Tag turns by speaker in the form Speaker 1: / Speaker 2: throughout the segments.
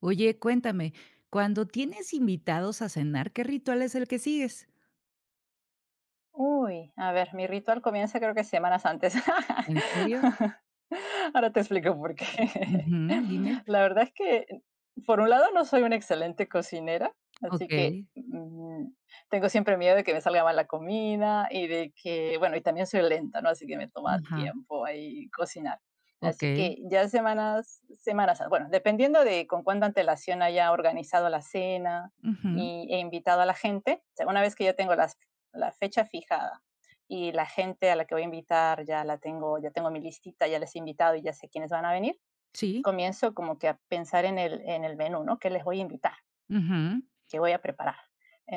Speaker 1: Oye, cuéntame, cuando tienes invitados a cenar, ¿qué ritual es el que sigues?
Speaker 2: Uy, a ver, mi ritual comienza creo que semanas antes.
Speaker 1: ¿En serio?
Speaker 2: Ahora te explico por qué.
Speaker 1: Ujú, dime.
Speaker 2: La verdad es que, por un lado, no soy una excelente cocinera, así
Speaker 1: Okey.
Speaker 2: que tengo siempre miedo de que me salga mal la comida y de que, bueno, y también soy lenta, ¿no? Así que me toma
Speaker 1: Ajá.
Speaker 2: tiempo ahí cocinar. Así
Speaker 1: Okey.
Speaker 2: que ya semanas, semanas, bueno, dependiendo de con cuánta antelación haya organizado la cena
Speaker 1: Ujú.
Speaker 2: e invitado a la gente, o sea, una vez que ya tengo las la fecha fijada y la gente a la que voy a invitar ya la tengo, ya tengo mi listita, ya les he invitado y ya sé quiénes van a venir,
Speaker 1: Sí.
Speaker 2: comienzo como que a pensar en el menú, ¿no? ¿Qué les voy a invitar?
Speaker 1: Ujú.
Speaker 2: ¿Qué voy a preparar?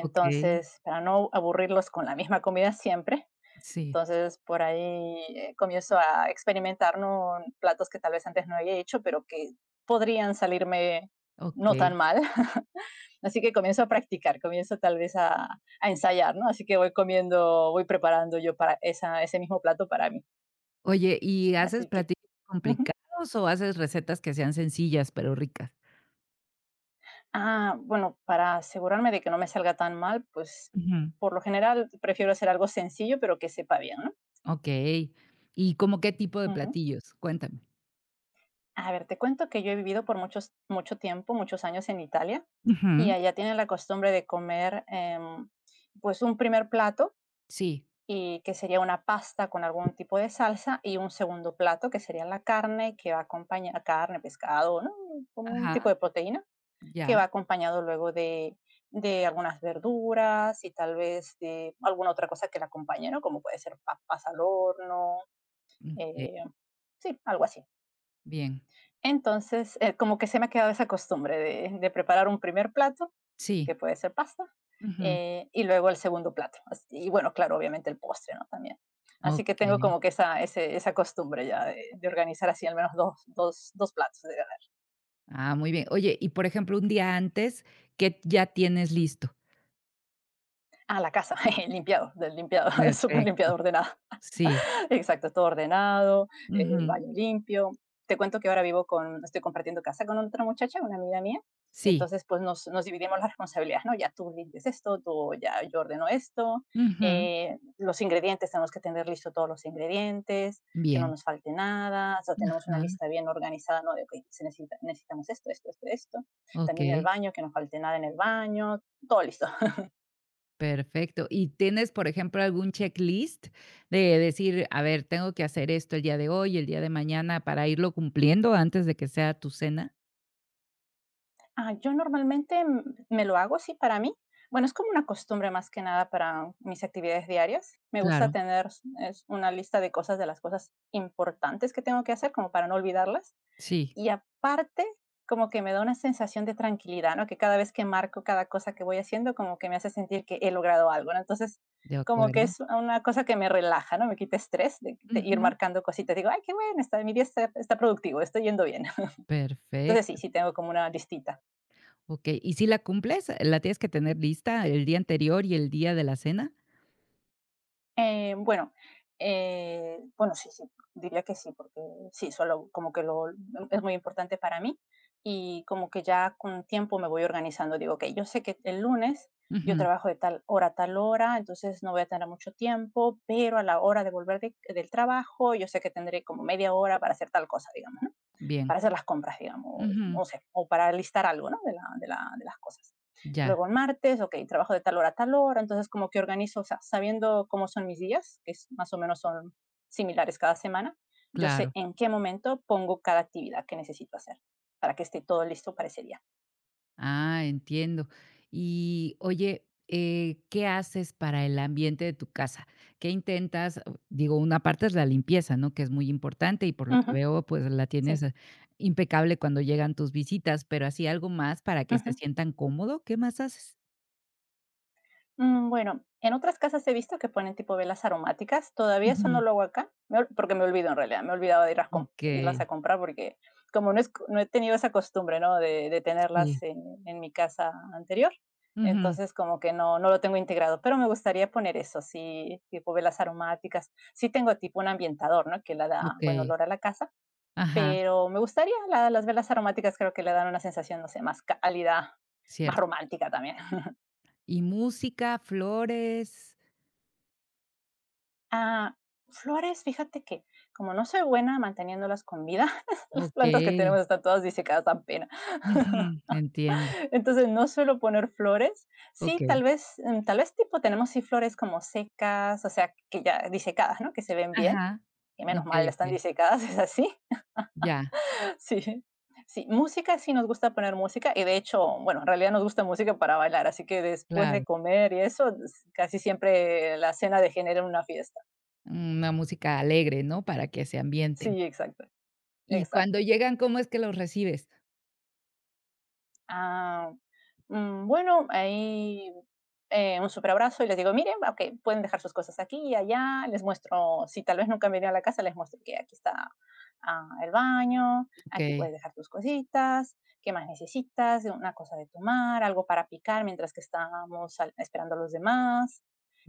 Speaker 1: Okey.
Speaker 2: para no aburrirlos con la misma comida siempre,
Speaker 1: Sí.
Speaker 2: entonces por ahí comienzo a experimentar, ¿no? Platos que tal vez antes no había hecho, pero que podrían salirme no tan
Speaker 1: Okey.
Speaker 2: mal. Así que comienzo a practicar, comienzo tal vez a ensayar, ¿no? Así que voy comiendo, voy preparando yo para esa, ese mismo plato para mí.
Speaker 1: Oye, ¿y haces
Speaker 2: Así que,
Speaker 1: platillos complicados o haces recetas que sean sencillas pero ricas?
Speaker 2: bueno, para asegurarme de que no me salga tan mal, pues
Speaker 1: Ujú.
Speaker 2: por lo general prefiero hacer algo sencillo, pero que sepa bien, ¿no?
Speaker 1: Okey. ¿Y como qué tipo de
Speaker 2: Ujú.
Speaker 1: platillos? Cuéntame.
Speaker 2: A ver, te cuento que yo he vivido por muchos, mucho tiempo, muchos años en Italia, y
Speaker 1: Ujú.
Speaker 2: allá tienen la costumbre de comer, pues, un primer plato
Speaker 1: Sí.
Speaker 2: y que sería una pasta con algún tipo de salsa y un segundo plato que sería la carne que va acompañada, carne, pescado, ¿no? Un tipo
Speaker 1: Ajá.
Speaker 2: de proteína que
Speaker 1: Ya.
Speaker 2: va acompañado luego de algunas verduras y tal vez de alguna otra cosa que la acompañe, ¿no? Como puede ser papas al horno,
Speaker 1: Okey.
Speaker 2: eh, sí, algo así.
Speaker 1: Bien.
Speaker 2: Entonces, como que se me ha quedado esa costumbre de preparar un primer plato que
Speaker 1: Sí.
Speaker 2: puede ser pasta,
Speaker 1: Ujú.
Speaker 2: y luego el segundo plato. Y bueno, claro, obviamente el postre, ¿no? También. Así que tengo
Speaker 1: Okey.
Speaker 2: como que esa, esa costumbre ya de organizar así al menos dos platos.
Speaker 1: Ah, muy bien. Oye, y por ejemplo, un día antes, ¿qué ya tienes listo?
Speaker 2: La casa, súper
Speaker 1: Perfecto.
Speaker 2: limpiado, ordenado.
Speaker 1: Sí.
Speaker 2: Exacto, todo ordenado, el
Speaker 1: Ujú.
Speaker 2: baño limpio. Te cuento que ahora vivo con, estoy compartiendo casa con otra muchacha, una amiga mía.
Speaker 1: Sí.
Speaker 2: Entonces, pues nos dividimos las responsabilidades, ¿no? Ya tú limpias esto, tú ya yo ordeno esto,
Speaker 1: Ujú.
Speaker 2: los ingredientes, tenemos que tener listo todos los ingredientes, que no
Speaker 1: Bien.
Speaker 2: nos falte nada, o sea, tenemos una
Speaker 1: Ajá.
Speaker 2: lista bien organizada, ¿no? De que se necesita, necesitamos esto, esto, esto, esto. También el
Speaker 1: Okey,
Speaker 2: baño, que no falte nada en el baño, todo listo.
Speaker 1: perfecto. ¿Y tienes, por ejemplo, algún checklist de decir, a ver, tengo que hacer esto el día de hoy, el día de mañana, para irlo cumpliendo antes de que sea tu cena?
Speaker 2: Yo normalmente me lo hago así para mí. Bueno, es como una costumbre más que nada para mis actividades diarias. Me gusta
Speaker 1: Claro.
Speaker 2: tener. Es una lista de cosas, de las cosas importantes que tengo que hacer, como para no olvidarlas.
Speaker 1: Sí,
Speaker 2: Y aparte, como que me da una sensación de tranquilidad, ¿no? Que cada vez que marco cada cosa que voy haciendo, como que me hace sentir que he logrado algo, ¿no? Entonces,
Speaker 1: de
Speaker 2: como que
Speaker 1: acuerdo.
Speaker 2: es una cosa que me relaja, ¿no? Me quita estrés de ir
Speaker 1: Ujú.
Speaker 2: marcando cositas. Digo, ay, qué bueno, está, mi día está, está productivo, estoy yendo bien. Entonces, sí,
Speaker 1: Perfecto.
Speaker 2: sí tengo como una listita.
Speaker 1: Okey, ¿y si la cumples? ¿La tienes que tener lista el día anterior y el día de la cena?
Speaker 2: Eh, bueno, bueno, sí, sí, diría que sí, porque sí, solo como que lo es muy importante para mí y como que ya con tiempo me voy organizando. Digo, ok, yo sé que el lunes yo
Speaker 1: Ujú.
Speaker 2: trabajo de tal hora a tal hora, entonces no voy a tener mucho tiempo, pero a la hora de volver del trabajo, yo sé que tendré como media hora para hacer tal cosa, digamos, ¿no?
Speaker 1: Bien.
Speaker 2: Para hacer las compras, digamos,
Speaker 1: Ujú,
Speaker 2: o, sea, o para listar algo, ¿no? De las cosas.
Speaker 1: ya,
Speaker 2: Luego el martes, ok, trabajo de tal hora a tal hora, entonces como que organizo, o sea, sabiendo cómo son mis días, que es, más o menos son similares cada semana, yo sé
Speaker 1: claro.
Speaker 2: en qué momento pongo cada actividad que necesito hacer para que esté todo listo para ese día.
Speaker 1: Ah, entiendo. Y oye, ¿qué haces para el ambiente de tu casa? ¿Qué intentas? O digo, una parte es la limpieza, ¿no? Que es muy importante y por lo
Speaker 2: Uh
Speaker 1: que
Speaker 2: -huh,
Speaker 1: veo, pues la tienes
Speaker 2: sí.
Speaker 1: impecable cuando llegan tus visitas, pero así algo más para que
Speaker 2: Uh
Speaker 1: se
Speaker 2: -huh.
Speaker 1: sientan cómodo, ¿qué más haces?
Speaker 2: Bueno, en otras casas he visto que ponen tipo velas aromáticas. Todavía eso
Speaker 1: Ujú,
Speaker 2: no lo hago acá, porque me olvido en realidad. Me he olvidado de ir irlas a
Speaker 1: okey,
Speaker 2: comprar porque como no, no he tenido esa costumbre, ¿no? De tenerlas
Speaker 1: sí,
Speaker 2: en mi casa anterior.
Speaker 1: ujú,
Speaker 2: Entonces como que no, no lo tengo integrado, pero me gustaría poner eso, sí, tipo velas aromáticas. Sí tengo tipo un ambientador, ¿no? Que le da buen
Speaker 1: okey,
Speaker 2: olor a la casa,
Speaker 1: ajá,
Speaker 2: pero me gustaría las velas aromáticas, creo que le dan una sensación, no sé, más cálida, más
Speaker 1: cierto.
Speaker 2: romántica también.
Speaker 1: ¿Y música, flores?
Speaker 2: Ah, flores, fíjate que como no soy buena manteniéndolas con vida, las plantas que
Speaker 1: Okey,
Speaker 2: tenemos están todas disecadas, dan pena.
Speaker 1: ujú, entiendo,
Speaker 2: Entonces no suelo poner flores. Sí,
Speaker 1: okey.
Speaker 2: tal vez, tal vez tipo tenemos sí flores como secas, o sea, que ya disecadas, ¿no? Que se ven bien,
Speaker 1: Ajá.
Speaker 2: que menos mal
Speaker 1: Okey,
Speaker 2: están
Speaker 1: okey.
Speaker 2: disecadas, es así.
Speaker 1: Ya,
Speaker 2: Sí. Sí, música sí nos gusta poner música y de hecho, bueno, en realidad nos gusta música para bailar, así que después de
Speaker 1: claro.
Speaker 2: comer y eso, casi siempre la cena degenera en una fiesta.
Speaker 1: Una música alegre, ¿no? Para que se ambienten.
Speaker 2: Sí, exacto,
Speaker 1: Y cuando
Speaker 2: exacto.
Speaker 1: llegan, ¿cómo es que los recibes?
Speaker 2: Ah, bueno, ahí, un superabrazo y les digo: "Miren, okey, pueden dejar sus cosas aquí y allá". Les muestro, si tal vez nunca han venido a la casa, les muestro que aquí está, el baño, aquí puedes
Speaker 1: Okey,
Speaker 2: dejar tus cositas, ¿qué más necesitas? Una cosa de tomar, algo para picar mientras que estábamos al esperando a los demás.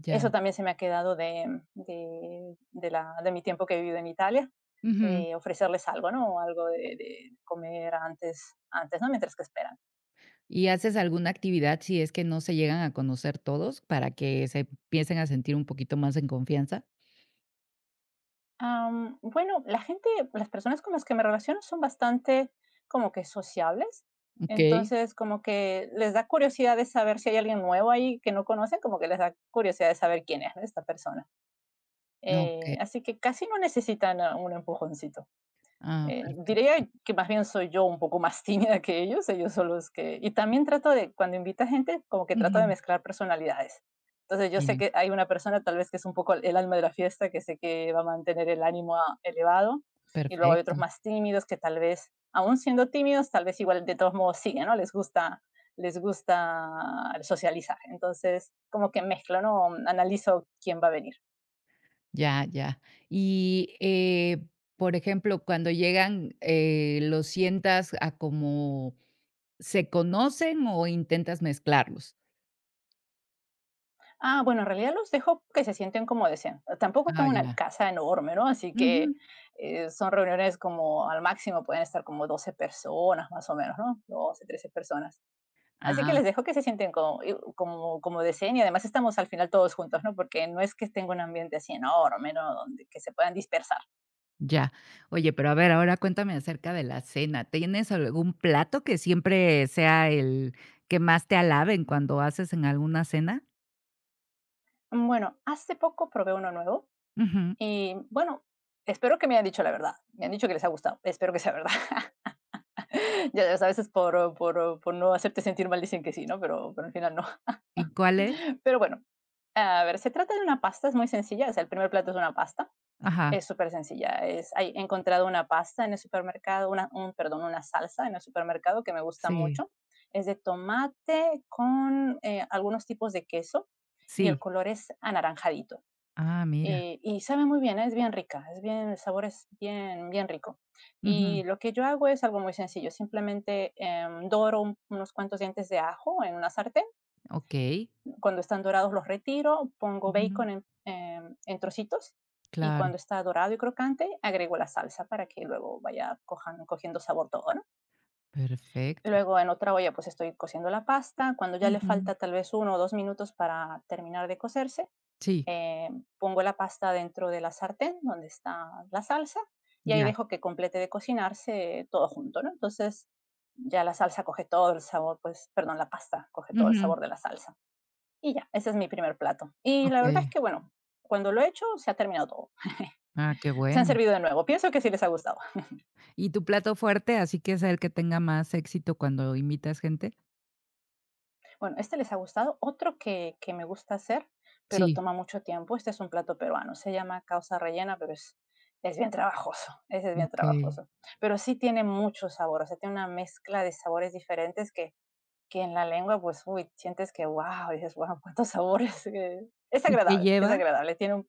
Speaker 1: ya.
Speaker 2: Eso también se me ha quedado de la de mi tiempo que he vivido en Italia,
Speaker 1: Ujú.
Speaker 2: ofrecerles algo, ¿no? Algo de comer antes, ¿no? Mientras que esperan.
Speaker 1: ¿Y haces alguna actividad si es que no se llegan a conocer todos para que se empiecen a sentir un poquito más en confianza?
Speaker 2: Bueno, la gente, las personas con las que me relaciono son bastante como que sociables,
Speaker 1: Okey,
Speaker 2: entonces como que les da curiosidad de saber si hay alguien nuevo ahí que no conocen, como que les da curiosidad de saber quién es, ¿no?, esta persona.
Speaker 1: okey.
Speaker 2: Así que casi no necesitan a un empujoncito.
Speaker 1: Ah, perfecto.
Speaker 2: Diría que más bien soy yo un poco más tímida que ellos son los que... Y también trato de, cuando invito a gente, como que trato de
Speaker 1: Ujú.
Speaker 2: mezclar personalidades. Entonces yo sé
Speaker 1: Bien,
Speaker 2: que hay una persona tal vez que es un poco el alma de la fiesta, que sé que va a mantener el ánimo elevado, y luego hay
Speaker 1: perfecto.
Speaker 2: otros más tímidos que tal vez, aún siendo tímidos, tal vez igual de todos modos siguen, ¿no? Les gusta les gusta socializar. Entonces, como que mezclo, ¿no? Analizo quién va a venir.
Speaker 1: Ya, ya. Y, por ejemplo, cuando llegan, ¿los sientas a como ¿se conocen o intentas mezclarlos?
Speaker 2: Bueno, en realidad los dejo que se sienten como desean. Tampoco
Speaker 1: Ah,
Speaker 2: tengo una
Speaker 1: ya.
Speaker 2: casa enorme, ¿no? Así
Speaker 1: Ujú.
Speaker 2: que son reuniones como al máximo pueden estar como 12 personas, más o menos, ¿no? 12, 13 personas. Así que
Speaker 1: Ah,
Speaker 2: les dejo que se sienten como, como, como deseen y además estamos al final todos juntos, ¿no? Porque no es que tenga un ambiente así enorme, ¿no? Donde que se puedan dispersar.
Speaker 1: ya. Oye, pero a ver, ahora cuéntame acerca de la cena, ¿tienes algún plato que siempre sea el que más te alaben cuando haces en alguna cena?
Speaker 2: Bueno, hace poco probé uno nuevo
Speaker 1: Ujú.
Speaker 2: y bueno, espero que me hayan dicho la verdad. Me han dicho que les ha gustado. Espero que sea verdad. Ya, ya, a veces por no hacerte sentir mal dicen que sí, ¿no? Pero al final no.
Speaker 1: ¿Y cuál es?
Speaker 2: Pero bueno, a ver, se trata de una pasta, es muy sencilla, o sea, el primer plato es una pasta,
Speaker 1: Ajá,
Speaker 2: es súper sencilla. He encontrado una pasta en el supermercado, una salsa en el supermercado que me gusta
Speaker 1: sí,
Speaker 2: mucho. Es de tomate con algunos tipos de queso y el
Speaker 1: sí.
Speaker 2: color es anaranjadito.
Speaker 1: Ah, mira.
Speaker 2: Y sabe muy bien, es bien rica, es bien, el sabor es bien, bien rico.
Speaker 1: Ujú,
Speaker 2: Y lo que yo hago es algo muy sencillo, simplemente doro unos cuantos dientes de ajo en una sartén,
Speaker 1: okey.
Speaker 2: cuando están dorados los retiro, pongo
Speaker 1: Ujú,
Speaker 2: bacon en, en trocitos y
Speaker 1: claro,
Speaker 2: cuando está dorado y crocante agrego la salsa para que luego vaya cogiendo sabor todo, ¿no?
Speaker 1: perfecto.
Speaker 2: Luego en otra olla pues estoy cociendo la pasta, cuando ya le
Speaker 1: Ujú,
Speaker 2: falta tal vez 1 o 2 minutos para terminar de cocerse,
Speaker 1: sí,
Speaker 2: eh, pongo la pasta dentro de la sartén donde está la salsa y ahí
Speaker 1: ya.
Speaker 2: dejo que complete de cocinarse todo junto, ¿no? Entonces ya la salsa coge todo el sabor, pues, perdón, la pasta coge todo el
Speaker 1: Ujú,
Speaker 2: sabor de la salsa. Y ya, ese es mi primer plato. Y la verdad es
Speaker 1: okey.
Speaker 2: que, bueno, cuando lo he hecho, se ha terminado todo.
Speaker 1: Ah, qué
Speaker 2: Se han
Speaker 1: bueno.
Speaker 2: servido de nuevo. Pienso que sí les ha gustado.
Speaker 1: ¿Y tu plato fuerte, así que es el que tenga más éxito cuando invitas gente?
Speaker 2: Bueno, este les ha gustado. Otro que me gusta hacer, pero
Speaker 1: Sí,
Speaker 2: toma mucho tiempo. Este es un plato peruano. Se llama causa rellena, pero es bien trabajoso. Ese es bien
Speaker 1: okey.
Speaker 2: trabajoso. Pero sí tiene mucho sabor. O sea, tiene una mezcla de sabores diferentes que en la lengua, pues, uy, sientes que, wow, dices, wow, cuántos sabores. Es
Speaker 1: ¿Y qué
Speaker 2: agradable, es
Speaker 1: lleva?
Speaker 2: agradable. Tiene un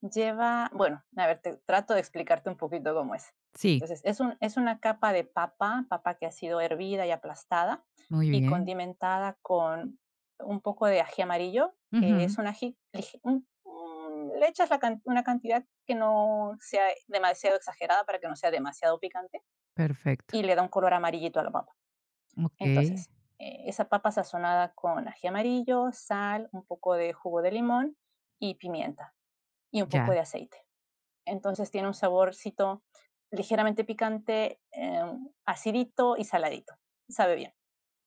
Speaker 2: Lleva, bueno, a ver, te trato de explicarte un poquito cómo es.
Speaker 1: Sí,
Speaker 2: Entonces, es una capa de papa que ha sido hervida y aplastada
Speaker 1: muy
Speaker 2: y
Speaker 1: bien.
Speaker 2: condimentada con un poco de ají amarillo, que
Speaker 1: Ujú,
Speaker 2: es un ají, lije- un- le echas la can- una cantidad que no sea demasiado exagerada para que no sea demasiado picante
Speaker 1: perfecto.
Speaker 2: y le da un color amarillito a la papa.
Speaker 1: Okey,
Speaker 2: Entonces, esa papa sazonada con ají amarillo, sal, un poco de jugo de limón y pimienta y un poco
Speaker 1: ya.
Speaker 2: de aceite, entonces tiene un saborcito ligeramente picante, acidito y saladito. Sabe bien.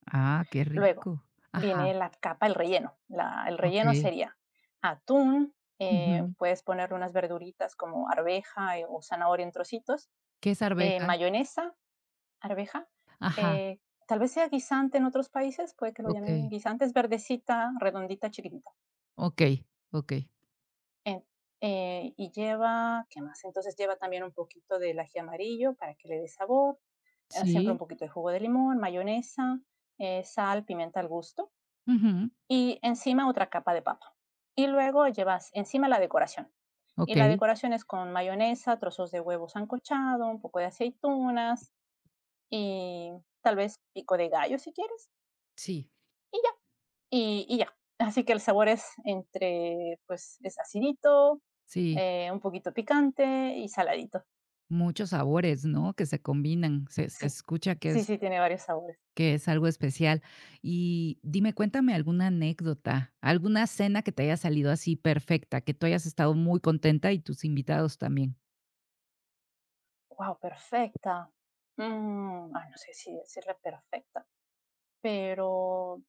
Speaker 1: Ah, qué
Speaker 2: Luego
Speaker 1: rico. Ajá,
Speaker 2: viene la capa, el relleno. El relleno
Speaker 1: okey.
Speaker 2: sería atún,
Speaker 1: Ujú.
Speaker 2: puedes ponerle unas verduritas como arveja, o zanahoria en trocitos,
Speaker 1: ¿Qué es arveja?
Speaker 2: mayonesa, arveja.
Speaker 1: Ajá,
Speaker 2: eh, Tal vez sea guisante en otros países, puede que lo llamen
Speaker 1: okey,
Speaker 2: guisante, es verdecita, redondita, chiquitita.
Speaker 1: okey, okey.
Speaker 2: En- y lleva, ¿qué más? Entonces lleva también un poquito del ají amarillo para que le dé sabor, siempre un
Speaker 1: Sí,
Speaker 2: poquito de jugo de limón, mayonesa, sal, pimienta al gusto,
Speaker 1: ujú,
Speaker 2: y encima otra capa de papa. Y luego llevas encima la decoración. Y la
Speaker 1: okey.
Speaker 2: decoración es con mayonesa, trozos de huevo sancochado, un poco de aceitunas y tal vez pico de gallo si quieres.
Speaker 1: Sí,
Speaker 2: Y ya y ya. Así que el sabor es entre, pues es acidito,
Speaker 1: sí,
Speaker 2: un poquito picante y saladito.
Speaker 1: muchos sabores, ¿no?, que se combinan. Se
Speaker 2: Sí,
Speaker 1: escucha que
Speaker 2: sí,
Speaker 1: es
Speaker 2: sí, tiene varios sabores.
Speaker 1: que es algo especial. Y dime, cuéntame alguna anécdota, alguna cena que te haya salido así perfecta, que tú hayas estado muy contenta y tus invitados también.
Speaker 2: ¡Wow! Perfecta. No sé si decirle perfecta, pero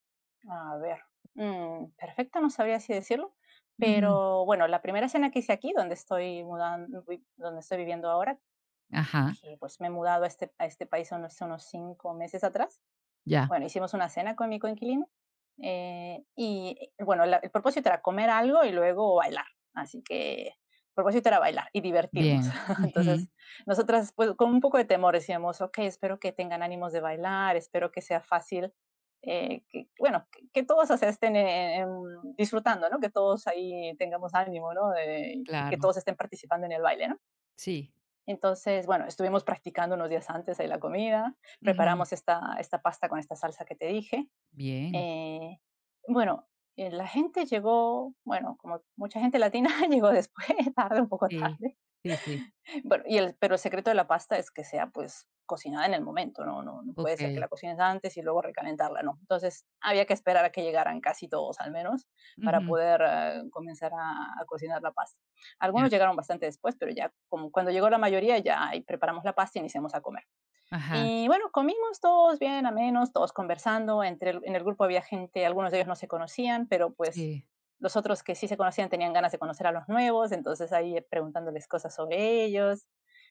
Speaker 2: a ver, perfecta no sabría si decirlo,
Speaker 1: Ujú.
Speaker 2: pero bueno, la primera cena que hice aquí, donde estoy mudando, donde estoy viviendo ahora,
Speaker 1: Ajá,
Speaker 2: que pues me he mudado a este país hace unos cinco meses atrás.
Speaker 1: ya,
Speaker 2: Bueno, hicimos una cena con mi coinquilino, y, bueno, la el propósito era comer algo y luego bailar, así que el propósito era bailar y divertirnos.
Speaker 1: bien. Ujú,
Speaker 2: Entonces, nosotras, pues, con un poco de temor decíamos: "Okey, espero que tengan ánimos de bailar, espero que sea fácil, que bueno, que todos, o sea, estén, disfrutando, ¿no? Que todos ahí tengamos ánimo, ¿no? Que
Speaker 1: claro,
Speaker 2: todos estén participando en el baile", ¿no?
Speaker 1: sí.
Speaker 2: Entonces, bueno, estuvimos practicando unos días antes de la comida,
Speaker 1: Ujú,
Speaker 2: preparamos esta pasta con esta salsa que te dije.
Speaker 1: bien.
Speaker 2: Eh, bueno, la gente llegó, bueno, como mucha gente latina llegó después, tarde, un poco
Speaker 1: Sí,
Speaker 2: tarde.
Speaker 1: sí, sí,
Speaker 2: Bueno, pero el secreto de la pasta es que sea pues cocinada en el momento, ¿no? No, no puede ser que
Speaker 1: okey.
Speaker 2: la cocines antes y luego recalentarla, no. Entonces había que esperar a que llegaran casi todos, al menos para
Speaker 1: Ujú,
Speaker 2: poder comenzar a cocinar la pasta.
Speaker 1: ya.
Speaker 2: Algunos llegaron bastante después, pero ya como cuando llegó la mayoría, ya ahí preparamos la pasta y iniciamos a comer.
Speaker 1: Ajá,
Speaker 2: Y bueno, comimos todos bien, a menos todos conversando. En el grupo había gente, algunos de ellos no se conocían, pero pues
Speaker 1: sí,
Speaker 2: los otros que sí se conocían tenían ganas de conocer a los nuevos, entonces ahí, preguntándoles cosas sobre ellos.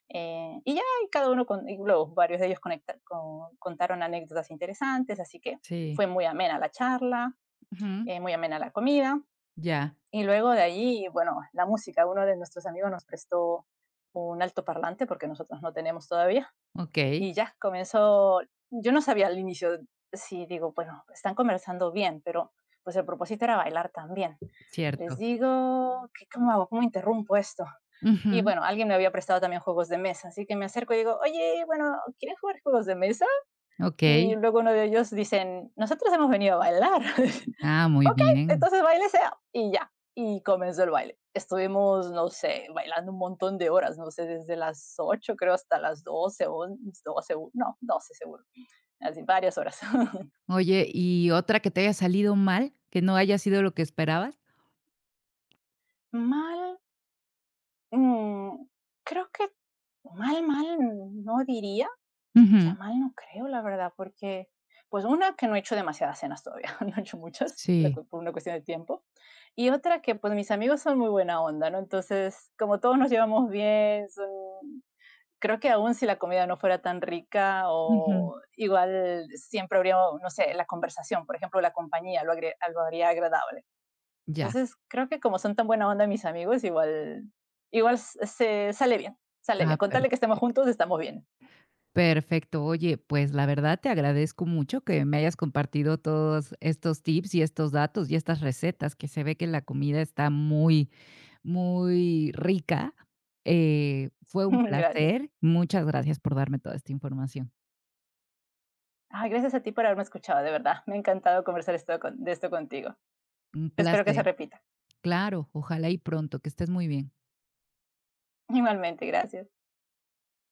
Speaker 2: Y ya, y cada uno, con, y luego varios de ellos contaron anécdotas interesantes, así que
Speaker 1: sí.
Speaker 2: fue muy amena la charla,
Speaker 1: Ujú,
Speaker 2: muy amena la comida.
Speaker 1: ya,
Speaker 2: Y luego de ahí, bueno, la música. Uno de nuestros amigos nos prestó un altoparlante porque nosotros no tenemos todavía,
Speaker 1: okey,
Speaker 2: y ya comenzó. Yo no sabía al inicio, si digo, bueno, están conversando bien, pero pues el propósito era bailar también. Les
Speaker 1: cierto.
Speaker 2: digo, ¿cómo hago? ¿Cómo interrumpo esto? Y
Speaker 1: Ujú,
Speaker 2: bueno, alguien me había prestado también juegos de mesa, así que me acerco y digo, oye, bueno, ¿quieren jugar juegos de mesa?
Speaker 1: okey.
Speaker 2: Y luego uno de ellos dicen, nosotros hemos venido a bailar.
Speaker 1: Ah, muy
Speaker 2: Ok,
Speaker 1: bien.
Speaker 2: entonces baile sea. Y ya, y comenzó el baile. Estuvimos, no sé, bailando un montón de horas, no sé, desde las 8 creo hasta las 12, 12 no, 12 seguro. Así, varias horas.
Speaker 1: Oye, ¿y otra que te haya salido mal, que no haya sido lo que esperabas?
Speaker 2: Mal, mmm, creo que mal, mal, no diría. O sea,
Speaker 1: Ujú.
Speaker 2: mal no creo, la verdad, porque, pues, una, que no he hecho demasiadas cenas todavía, no he hecho muchas, la
Speaker 1: Sí.
Speaker 2: cu por una cuestión de tiempo, y otra que, pues, mis amigos son muy buena onda, ¿no? Entonces, como todos nos llevamos bien, son, creo que aún si la comida no fuera tan rica,
Speaker 1: Ujú.
Speaker 2: o igual siempre habría, no sé, la conversación, por ejemplo, la compañía, lo agre algo habría agradable.
Speaker 1: Ya.
Speaker 2: Entonces, creo que como son tan buena onda mis amigos, igual, se sale bien, sale
Speaker 1: Ah,
Speaker 2: bien. Con que estemos
Speaker 1: perfecto.
Speaker 2: juntos, estamos bien.
Speaker 1: Perfecto. Oye, pues, la verdad te agradezco mucho que me hayas compartido todos estos tips y estos datos y estas recetas, que se ve que la comida está muy, muy rica. Fue un
Speaker 2: Gracias.
Speaker 1: placer. Muchas gracias por darme toda esta información.
Speaker 2: Ay, gracias a ti por haberme escuchado, de verdad. Me ha encantado conversar esto de esto contigo.
Speaker 1: Un
Speaker 2: Espero que se
Speaker 1: placer.
Speaker 2: repita.
Speaker 1: Claro, ojalá y pronto, que estés muy bien.
Speaker 2: Igualmente, gracias.